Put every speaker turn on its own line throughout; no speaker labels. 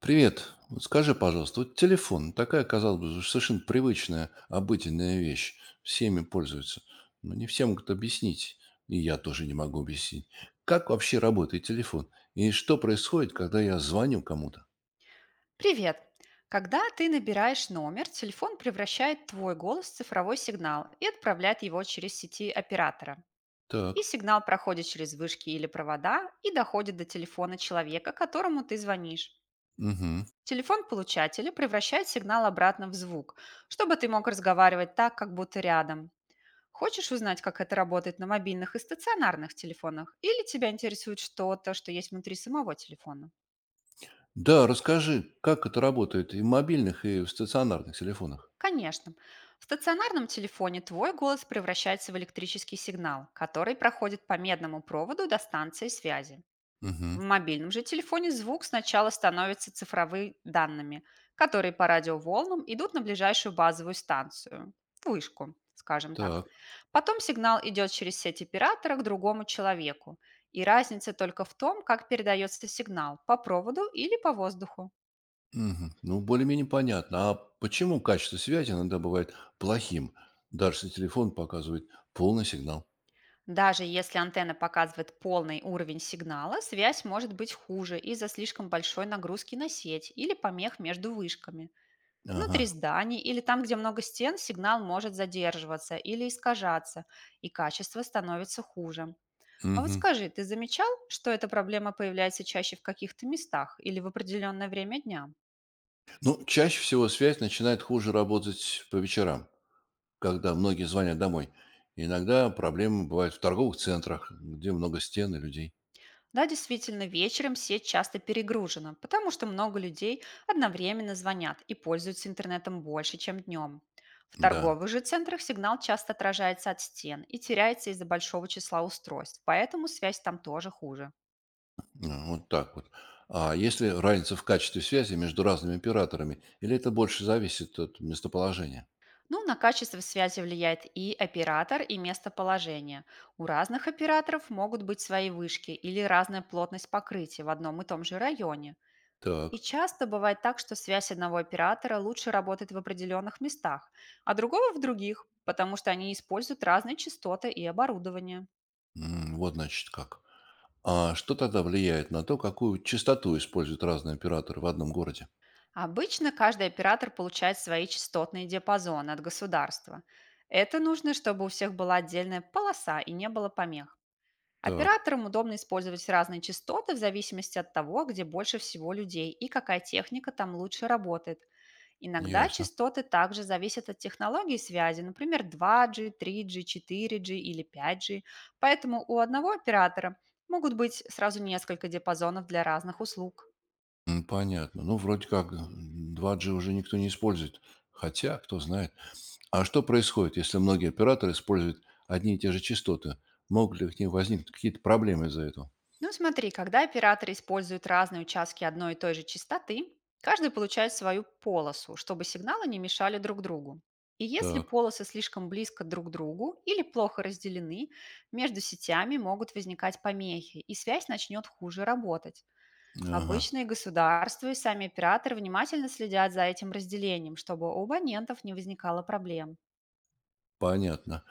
Привет. Скажи, пожалуйста, вот телефон, такая, казалось бы, совершенно привычная, обыденная вещь, всеми пользуются, но не все могут объяснить, и я тоже не могу объяснить, как вообще работает телефон, и что происходит, когда я звоню кому-то.
Привет! Когда ты набираешь номер, телефон превращает твой голос в цифровой сигнал и отправляет его через сети оператора. И
Так,
сигнал проходит через вышки или провода и доходит до телефона человека, которому ты звонишь.
мгм.
Телефон получателя превращает сигнал обратно в звук, чтобы ты мог разговаривать так, как будто рядом. Хочешь узнать, как это работает на мобильных и стационарных телефонах? Или тебя интересует что-то, что есть внутри самого телефона?
Да, расскажи, как это работает и в мобильных, и в стационарных телефонах.
Конечно. В стационарном телефоне твой голос превращается в электрический сигнал, который проходит по медному проводу до станции связи.
Мгм.
В мобильном же телефоне звук сначала становится цифровыми данными, которые по радиоволнам идут на ближайшую базовую станцию, вышку, скажем так.
Так,
Потом сигнал идет через сеть оператора к другому человеку. И разница только в том, как передается сигнал – по проводу или по воздуху.
мгм. Ну, более-менее понятно. А почему качество связи иногда бывает плохим, даже если телефон показывает полный сигнал?
Даже если антенна показывает полный уровень сигнала, связь может быть хуже из-за слишком большой нагрузки на сеть или помех между вышками. Внутри
Ага.
зданий или там, где много стен, сигнал может задерживаться или искажаться, и качество становится хуже. А вот
Мгм.
скажи, ты замечал, что эта проблема появляется чаще в каких-то местах или в определенное время дня?
Ну, чаще всего связь начинает хуже работать по вечерам, когда многие звонят домой. Иногда проблемы бывают в торговых центрах, где много стен и людей.
Да, действительно, вечером сеть часто перегружена, потому что много людей одновременно звонят и пользуются интернетом больше, чем днем. В
Да,
торговых же центрах сигнал часто отражается от стен и теряется из-за большого числа устройств, поэтому связь там тоже хуже.
вот так вот. А если разница в качестве связи между разными операторами, или это больше зависит от местоположения?
Ну, на качество связи влияет и оператор, и местоположение. У разных операторов могут быть свои вышки или разная плотность покрытия в одном и том же районе. И
Так,
часто бывает так, что связь одного оператора лучше работает в определенных местах, а другого в других, потому что они используют разные частоты и оборудование.
вот значит как. А что тогда влияет на то, какую частоту используют разные операторы в одном городе?
Обычно каждый оператор получает свои частотные диапазоны от государства. Это нужно, чтобы у всех была отдельная полоса и не было помех.
Так,
Операторам удобно использовать разные частоты в зависимости от того, где больше всего людей и какая техника там лучше работает. Иногда
ясно.
частоты также зависят от технологии связи, например, 2G, 3G, 4G или 5G, поэтому у одного оператора могут быть сразу несколько диапазонов для разных услуг.
Понятно. Ну, вроде как 2G уже никто не использует. Хотя, кто знает. А что происходит, если многие операторы используют одни и те же частоты? Могут ли к ним возникнуть какие-то проблемы из-за этого?
Ну смотри, когда операторы используют разные участки одной и той же частоты, каждый получает свою полосу, чтобы сигналы не мешали друг другу. И если
Так,
полосы слишком близко друг к другу или плохо разделены, между сетями могут возникать помехи, и связь начнет хуже работать.
ага,
Обычные государства и сами операторы внимательно следят за этим разделением, чтобы у абонентов не возникало проблем.
понятно.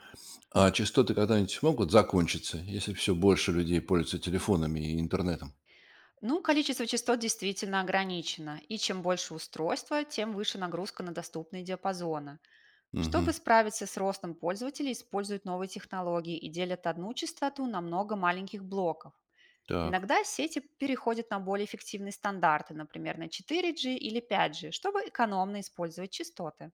А частоты когда-нибудь могут закончиться, если все больше людей пользуются телефонами и интернетом?
Ну, количество частот действительно ограничено, и чем больше устройства, тем выше нагрузка на доступные диапазоны.
Угу,
Чтобы справиться с ростом пользователей, используют новые технологии и делят одну частоту на много маленьких блоков.
так.
Иногда сети переходят на более эффективные стандарты, например, на 4G или 5G, чтобы экономно использовать частоты.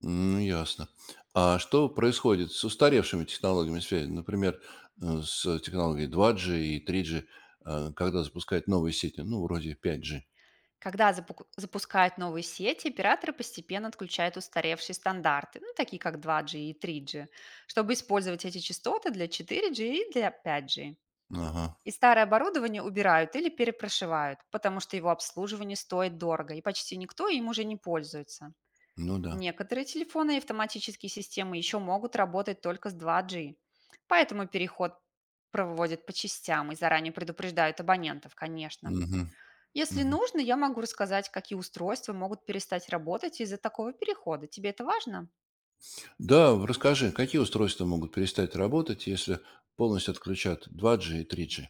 Ну, ясно. А что происходит с устаревшими технологиями связи? Например, с технологией 2G и 3G, когда запускают новые сети, ну, вроде 5G.
Когда запускают новые сети, операторы постепенно отключают устаревшие стандарты, ну, такие как 2G и 3G, чтобы использовать эти частоты для 4G и для 5G.
Ага,
И старое оборудование убирают или перепрошивают, потому что его обслуживание стоит дорого, и почти никто им уже не пользуется.
ну да.
Некоторые телефоны и автоматические системы еще могут работать только с 2G, поэтому переход проводят по частям и заранее предупреждают абонентов, конечно.
Мгм,
Если
мгм.
нужно, я могу рассказать, какие устройства могут перестать работать из-за такого перехода. Тебе это важно?
Да, расскажи, какие устройства могут перестать работать, если полностью отключат 2G и 3G?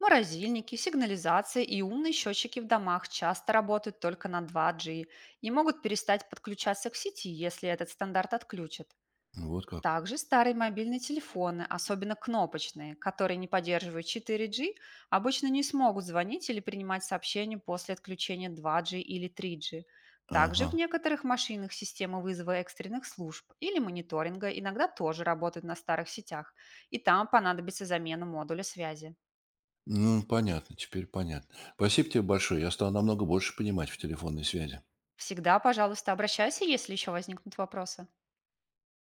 Морозильники, сигнализация и умные счетчики в домах часто работают только на 2G и могут перестать подключаться к сети, если этот стандарт отключат.
Вот как.
Также старые мобильные телефоны, особенно кнопочные, которые не поддерживают 4G, обычно не смогут звонить или принимать сообщения после отключения 2G или 3G. Также
Ага.
в некоторых машинах системы вызова экстренных служб или мониторинга иногда тоже работают на старых сетях, и там понадобится замена модуля связи.
Ну, понятно, теперь понятно. Спасибо тебе большое. Я стал намного больше понимать в телефонной связи.
Всегда, пожалуйста, обращайся, если еще возникнут вопросы.